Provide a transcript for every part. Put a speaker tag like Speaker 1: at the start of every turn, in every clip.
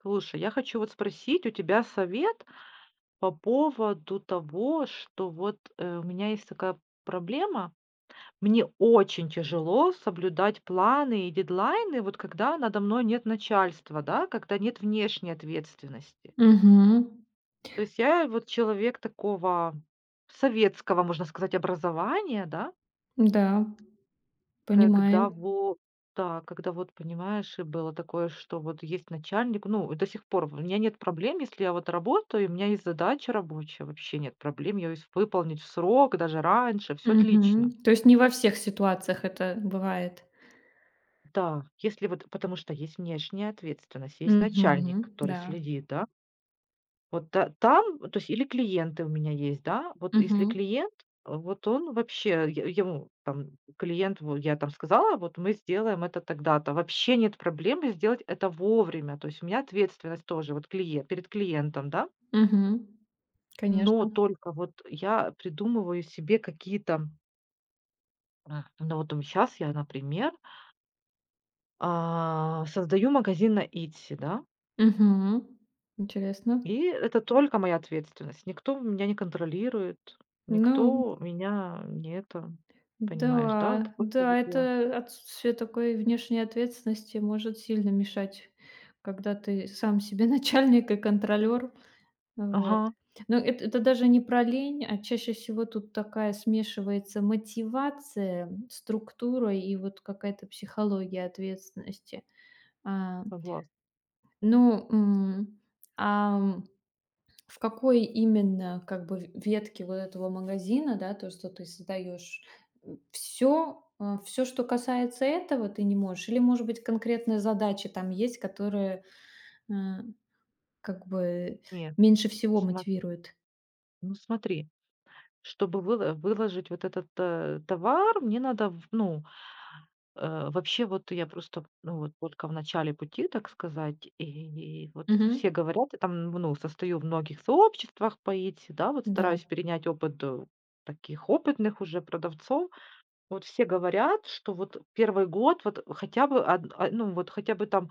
Speaker 1: Слушай, я хочу вот спросить у тебя совет по поводу того, что вот, у меня есть такая проблема. Мне очень тяжело соблюдать планы и дедлайны, вот когда надо мной нет начальства, да, когда нет внешней ответственности.
Speaker 2: Мгм.
Speaker 1: То есть я вот человек такого советского, можно сказать, образования, да.
Speaker 2: Да, понимаю.
Speaker 1: Когда вот да, когда вот, понимаешь, и было такое, что вот есть начальник, ну, и до сих пор у меня нет проблем, если я вот работаю, и у меня есть задача рабочая, вообще нет проблем, я ее с выполнить в срок, даже раньше, все
Speaker 2: Мгм.
Speaker 1: отлично.
Speaker 2: То есть не во всех ситуациях это бывает.
Speaker 1: Да, если вот потому что есть внешняя ответственность, есть начальник,
Speaker 2: Мгм.
Speaker 1: который
Speaker 2: Да.
Speaker 1: следит, да. Вот та там, то есть или клиенты у меня есть, да. Вот если
Speaker 2: Мгм.
Speaker 1: клиент, вот он вообще, я ему там клиент, во я там сказала: "Вот мы сделаем это тогда-то". Вообще нет проблемы сделать это вовремя. То есть у меня ответственность тоже вот клиент перед клиентом, да.
Speaker 2: Мгм.
Speaker 1: Но
Speaker 2: Конечно.
Speaker 1: только вот я придумываю себе какие-то, ну, вот сейчас я, например, создаю магазин на "Итси", да.
Speaker 2: Мгм. Интересно.
Speaker 1: И это только моя ответственность. Никто меня не контролирует,
Speaker 2: Ну
Speaker 1: никто меня не это понимаешь, да? Это
Speaker 2: да,
Speaker 1: только
Speaker 2: да,
Speaker 1: вот я.
Speaker 2: это отсутствие такой внешней ответственности может сильно мешать, когда ты сам себе начальник и контролер. Вот.
Speaker 1: Ага,
Speaker 2: Но это даже не про лень, а чаще всего тут такая смешивается мотивация, структура и вот какая-то психология ответственности. А,
Speaker 1: согласна.
Speaker 2: ну, ам, в какой именно как бы в ветке вот этого магазина, да, то, что ты создаешь, все, все, что касается этого, ты не можешь? Или, может быть, конкретные задачи там есть, которые а, как бы
Speaker 1: Нет,
Speaker 2: меньше всего
Speaker 1: смо
Speaker 2: мотивируют?
Speaker 1: ну, смотри, чтобы выла выложить вот этот, товар, мне надо в ну, вообще вот я просто, ну, вот только в начале пути, так сказать, и вот все
Speaker 2: Мгм.
Speaker 1: говорят, я там, ну, состою в многих сообществах по Etsy, да, вот
Speaker 2: Да.
Speaker 1: стараюсь перенять опыт, таких опытных уже продавцов. Вот все говорят, что вот первый год, вот хотя бы од а, ну, вот хотя бы там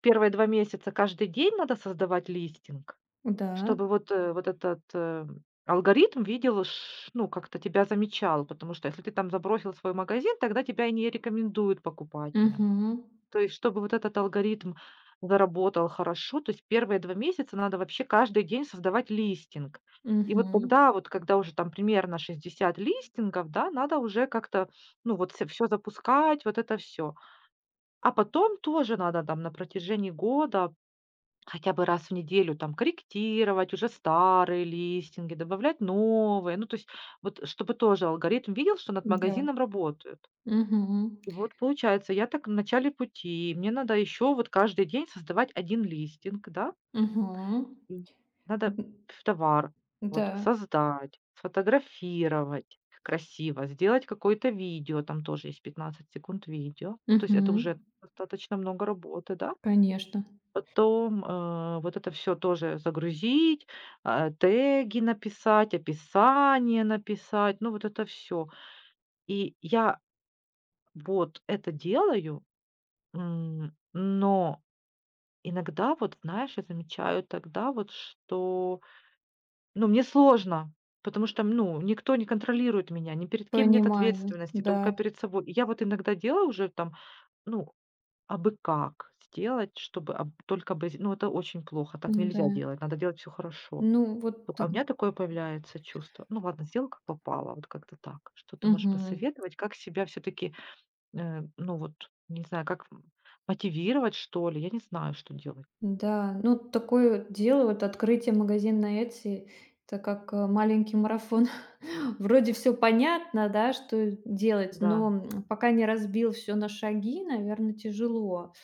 Speaker 1: первые 2 месяца каждый день надо создавать листинг,
Speaker 2: Да.
Speaker 1: чтобы вот, вот этот, алгоритм видел, ш ну, как-то тебя замечал. Потому что если ты там забросил свой магазин, тогда тебя и не рекомендуют покупателям.
Speaker 2: Мгм.
Speaker 1: То есть, чтобы вот этот алгоритм заработал хорошо, то есть первые 2 месяца надо вообще каждый день создавать листинг. И вот
Speaker 2: Мгм.
Speaker 1: тогда, вот когда уже там примерно 60 листингов, да, надо уже как-то, ну, вот все, всё запускать, вот это все. А потом тоже надо там на протяжении года хотя бы раз в неделю там корректировать уже старые листинги, добавлять новые. Ну, то есть вот чтобы тоже алгоритм видел, что над
Speaker 2: Да.
Speaker 1: магазином работают.
Speaker 2: Мгм.
Speaker 1: И вот получается, я так в начале пути, и мне надо еще вот каждый день создавать один листинг, да.
Speaker 2: Мгм.
Speaker 1: М. Надо в товар
Speaker 2: М,
Speaker 1: вот
Speaker 2: да.
Speaker 1: создать, сфотографировать красиво, сделать какое-то видео, там тоже есть 15 секунд видео. Ну, то есть это
Speaker 2: Мгм.
Speaker 1: уже достаточно много работы, да.
Speaker 2: Конечно.
Speaker 1: Потом, вот это все тоже загрузить, теги написать, описание написать, ну, вот это все. И я вот это делаю. М, но иногда вот, знаешь, я замечаю тогда вот, что, ну, мне сложно, потому что, ну, никто не контролирует меня, ни перед кем нет
Speaker 2: Понимаю.
Speaker 1: ответственности,
Speaker 2: Да.
Speaker 1: только перед собой. И я вот иногда делаю уже там, ну, абы как сделать, чтобы только бы, ну, это очень плохо, так
Speaker 2: Да.
Speaker 1: нельзя делать, надо делать все хорошо.
Speaker 2: Ну, вот
Speaker 1: Ну,
Speaker 2: т
Speaker 1: а у меня такое появляется чувство. Ну ладно, сделка попала, вот как-то так. Что ты можешь
Speaker 2: Мгм.
Speaker 1: посоветовать, как себя все-таки ну вот, не знаю, как мотивировать, что ли, я не знаю, что делать.
Speaker 2: Да. Ну, такое вот дело, вот открытие магазина на "Этси" — это как, маленький марафон. Вроде все понятно, да, что делать,
Speaker 1: Да,
Speaker 2: но, пока не разбил все на шаги, наверное, тяжело.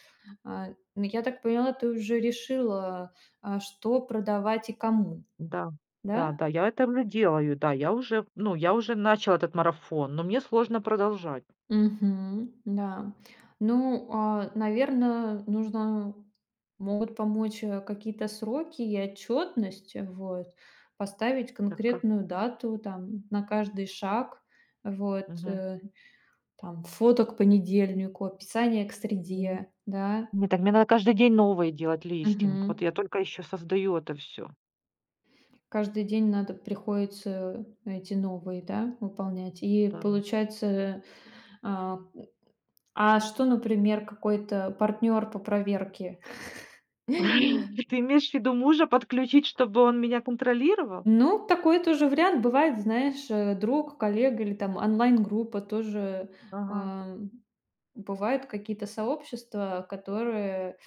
Speaker 2: А, ну, я так поняла, ты уже решила, что продавать и кому,
Speaker 1: да,
Speaker 2: да?
Speaker 1: да, я это уже делаю, да, я уже, ну, я уже начала этот марафон, но мне сложно продолжать.
Speaker 2: Мгм. Да. Ну, наверное, нужно могут помочь, какие-то сроки и отчетность, вот. Поставить
Speaker 1: Так как?
Speaker 2: конкретную дату там на каждый шаг, вот,
Speaker 1: Мгм.
Speaker 2: там фото к понедельнику, описание к
Speaker 1: Мгм.
Speaker 2: среде, да.
Speaker 1: Не, так мне надо каждый день новые делать листинг. Вот
Speaker 2: Мгм.
Speaker 1: я только еще создаю это все.
Speaker 2: Каждый день надо приходится эти новые, да, выполнять. И
Speaker 1: Да.
Speaker 2: получается, а что, например, какой-то партнер по проверке?
Speaker 1: Ты имеешь в виду мужа подключить, чтобы он меня контролировал?
Speaker 2: Ну, такой тоже вариант бывает, знаешь, друг, коллега или там онлайн-группа тоже.
Speaker 1: Ага.
Speaker 2: Ам, бывают какие-то сообщества, которые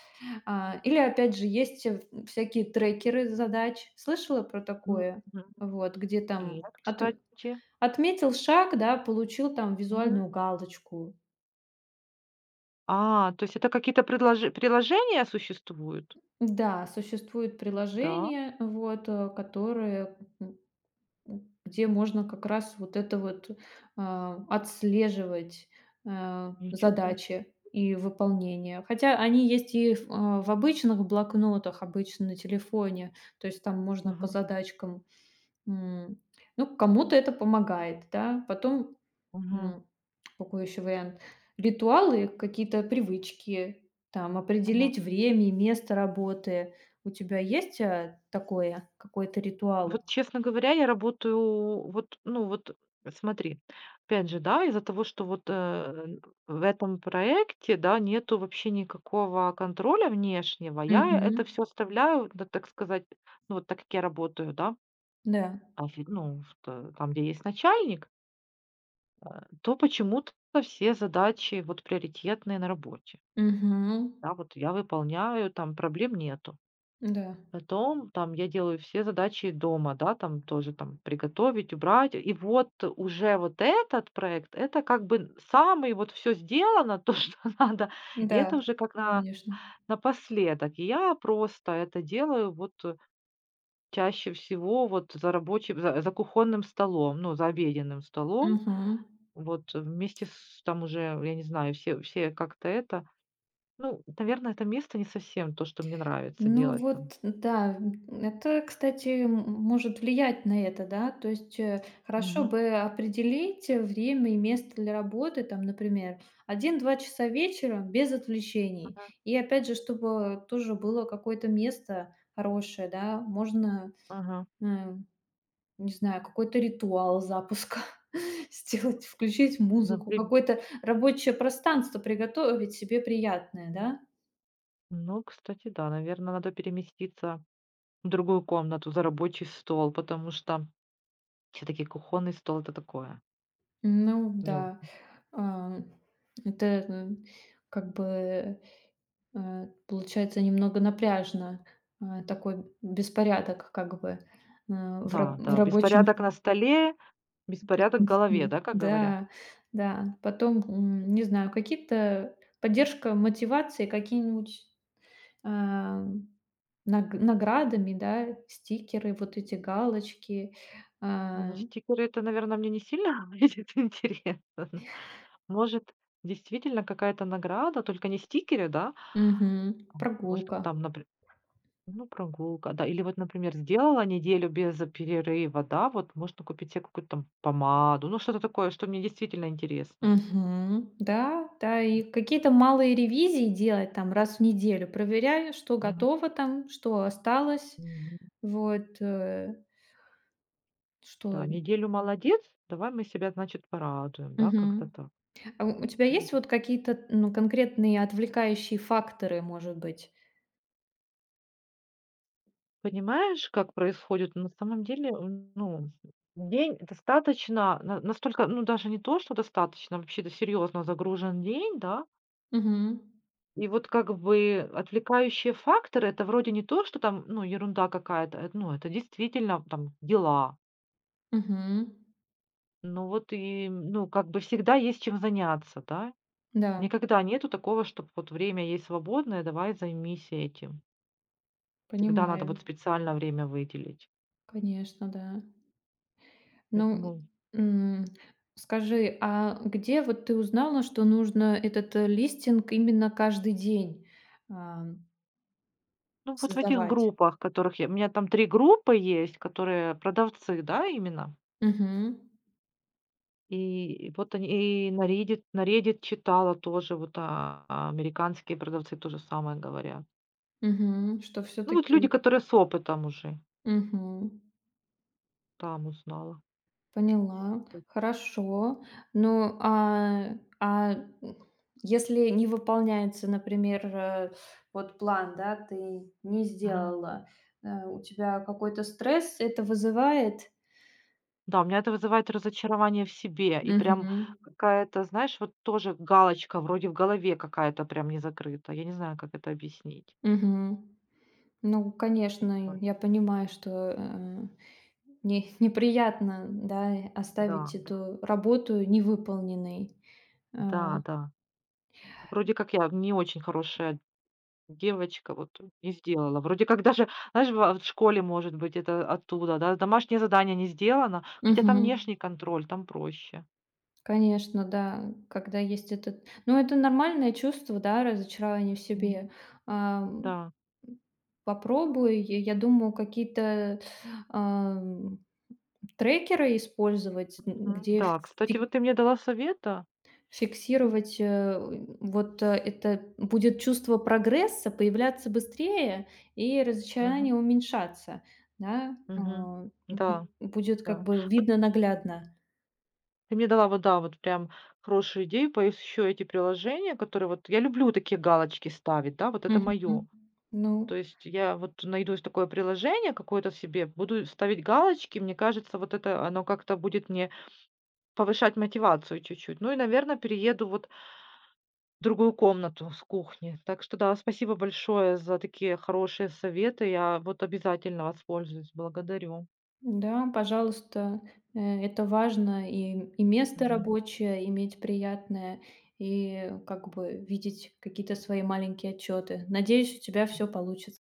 Speaker 2: или опять же есть, всякие трекеры задач. Слышала про такое?
Speaker 1: Мгм.
Speaker 2: Вот, где
Speaker 1: Нет,
Speaker 2: там от
Speaker 1: кстати.
Speaker 2: отметил шаг, да, получил там
Speaker 1: Мгм.
Speaker 2: визуальную галочку.
Speaker 1: А, то есть это какие-то предложе приложения существуют?
Speaker 2: Да, существуют
Speaker 1: Да,
Speaker 2: приложения, вот, которые, где можно как раз вот это вот отслеживать
Speaker 1: ничего себе.
Speaker 2: задачи и выполнение. Хотя они есть и в обычных блокнотах, обычно на телефоне, то есть там можно по
Speaker 1: Мгм,
Speaker 2: задачкам. м, Ну, кому-то это помогает, да. Потом
Speaker 1: мгм,
Speaker 2: М, какой еще вариант? Ритуалы, какие-то привычки, там,
Speaker 1: мгм.
Speaker 2: определить время и место работы. У тебя есть, такое, какой-то ритуал?
Speaker 1: Вот, честно говоря, я работаю, вот, ну, вот, смотри, опять же, да, из-за того, что вот, в этом проекте, да, нету вообще никакого контроля внешнего, я это
Speaker 2: Мгм.
Speaker 1: все оставляю, да, так сказать, ну, вот так как я работаю, да,
Speaker 2: Да.
Speaker 1: а ну, в т там, где есть начальник, то почему-то все задачи вот приоритетные на работе.
Speaker 2: Мгм.
Speaker 1: Да, вот я выполняю, там проблем нету.
Speaker 2: Да.
Speaker 1: Потом там я делаю все задачи дома, да, там тоже там приготовить, убрать. И вот уже вот этот проект — это как бы самый вот все сделано, то, что надо, и это
Speaker 2: Да,
Speaker 1: уже как на
Speaker 2: конечно.
Speaker 1: напоследок. И я просто это делаю вот, чаще всего вот за рабочим, за кухонным столом, ну, за обеденным столом.
Speaker 2: Мгм.
Speaker 1: Вот вместе с там уже, я не знаю, все как-то это. Ну, наверное, это место не совсем то, что мне нравится
Speaker 2: Ну
Speaker 1: делать там.
Speaker 2: вот, да, это, кстати, может влиять на это, да. То есть, хорошо
Speaker 1: Мгм.
Speaker 2: бы определить время и место для работы, там, например, 1–2 часа вечера без отвлечений.
Speaker 1: Мгм.
Speaker 2: И опять же, чтобы тоже было какое-то место хорошее, да, можно,
Speaker 1: Мгм.
Speaker 2: м, не знаю, какой-то ритуал запуска сделать, включить музыку,
Speaker 1: Например,
Speaker 2: какое-то рабочее пространство приготовить себе приятное, да.
Speaker 1: ну, кстати, да, наверное, надо переместиться в другую комнату за рабочий стол, потому что все таки кухонный стол — это такое.
Speaker 2: Ну
Speaker 1: Не о
Speaker 2: да. А, это, как бы, получается немного напряжно, такой беспорядок как бы,
Speaker 1: Да,
Speaker 2: в
Speaker 1: да,
Speaker 2: рабочем.
Speaker 1: беспорядок на столе, беспорядок в голове, да, как говорят?
Speaker 2: Да, да. Потом, не знаю, какие-то поддержка мотивации, какие-нибудь, а, наградами, да, стикеры, вот эти галочки,
Speaker 1: Ну,
Speaker 2: а,
Speaker 1: стикеры — это, наверное, мне не сильно будет интересно. Может, действительно какая-то награда, только не стикеры, да?
Speaker 2: мгм,
Speaker 1: А, может,
Speaker 2: прогулка.
Speaker 1: там, например. Ну, прогулка, да. Или вот, например, сделала неделю без перерыва, да, вот можно купить себе какую-то там помаду, ну, что-то такое, что мне действительно интересно.
Speaker 2: Мгм. Да, да, и какие-то малые ревизии делать там раз в неделю. Проверяю, что
Speaker 1: Мгм.
Speaker 2: готово там, что осталось,
Speaker 1: Мгм.
Speaker 2: вот, что.
Speaker 1: Да, неделю молодец, давай мы себя, значит, порадуем, да, как-то
Speaker 2: Мгм.
Speaker 1: так.
Speaker 2: А у тебя есть
Speaker 1: Мгм.
Speaker 2: вот какие-то, ну, конкретные отвлекающие факторы, может быть?
Speaker 1: Понимаешь, как происходит? На самом деле, ну, день достаточно, настолько, ну, даже не то, что достаточно, вообще-то серьезно загружен день, да.
Speaker 2: Мгм.
Speaker 1: И вот как бы отвлекающие факторы — это вроде не то, что там, ну, ерунда какая-то, ну, это действительно там дела.
Speaker 2: Мгм.
Speaker 1: Ну вот и, ну, как бы всегда есть чем заняться, да.
Speaker 2: Да,
Speaker 1: Никогда нету такого, чтоб вот время есть свободное, давай займись этим. Всегда надо
Speaker 2: понимаю.
Speaker 1: вот специально время выделить.
Speaker 2: Конечно, да. Ну,
Speaker 1: Поэтому,
Speaker 2: м, скажи, а где вот ты узнала, что нужно этот, листинг именно каждый день? А.
Speaker 1: ну, вот в этих
Speaker 2: Создавать.
Speaker 1: группах, которых я у меня там 3 группы есть, которые продавцы, да, именно.
Speaker 2: Мгм.
Speaker 1: И вот они и на Reddit читала тоже, вот, американские продавцы то же самое говорят.
Speaker 2: Мгм. Что все
Speaker 1: Ну, вот люди,
Speaker 2: таки.
Speaker 1: которые с опытом уже, там узнала.
Speaker 2: Поняла. Хорошо. Ну, если не выполняется, например, вот план, да, ты не
Speaker 1: Ага.
Speaker 2: сделала, у тебя какой-то стресс это вызывает?
Speaker 1: Да, у меня это вызывает разочарование в себе и прям
Speaker 2: Мгм.
Speaker 1: какая-то, знаешь, вот тоже галочка вроде в голове какая-то прям не закрыта. Я не знаю, как это объяснить.
Speaker 2: Мгм. Ну, конечно, я понимаю, что, не неприятно, да,
Speaker 1: Да,
Speaker 2: оставить
Speaker 1: да.
Speaker 2: эту работу невыполненной.
Speaker 1: Да,
Speaker 2: А.
Speaker 1: да. Вроде как я не очень хорошая девочка вот не сделала. Вроде как даже, знаешь, в школе, может быть, это оттуда, да. Домашнее задание не сделано, хотя там
Speaker 2: Мгм.
Speaker 1: внешний контроль, там проще.
Speaker 2: Конечно, да, когда есть этот ну, это нормальное чувство, да, разочарование в
Speaker 1: Мгм.
Speaker 2: себе. Ам,
Speaker 1: Да. Ну,
Speaker 2: попробуй, я думаю, какие-то, ам, трекеры использовать, н
Speaker 1: мгм,
Speaker 2: где
Speaker 1: да. Кстати,
Speaker 2: фи
Speaker 1: вот ты мне дала совета. М.
Speaker 2: фиксировать, вот это будет чувство прогресса появляться быстрее и
Speaker 1: Мгм,
Speaker 2: разочарование уменьшаться, да,
Speaker 1: мгм.
Speaker 2: бу
Speaker 1: Да,
Speaker 2: будет как
Speaker 1: да.
Speaker 2: бы
Speaker 1: Вот
Speaker 2: видно наглядно.
Speaker 1: ты мне дала вот, да, вот прям хорошую идею. Поищу эти приложения, которые вот я люблю такие галочки ставить, да, вот это
Speaker 2: Мгм.
Speaker 1: мое.
Speaker 2: Ну.
Speaker 1: То есть я вот найду такое приложение какое-то себе, буду ставить галочки. Мне кажется, вот это оно как-то будет мне повышать мотивацию чуть-чуть. Ну и, наверное, перееду вот в другую комнату с кухни. Так что да, спасибо большое за такие хорошие советы. Я вот обязательно воспользуюсь. Благодарю.
Speaker 2: Да, пожалуйста, э, это важно. И место
Speaker 1: Мгм.
Speaker 2: рабочее иметь приятное, и как бы видеть какие-то свои маленькие отчеты. Надеюсь, у тебя все получится.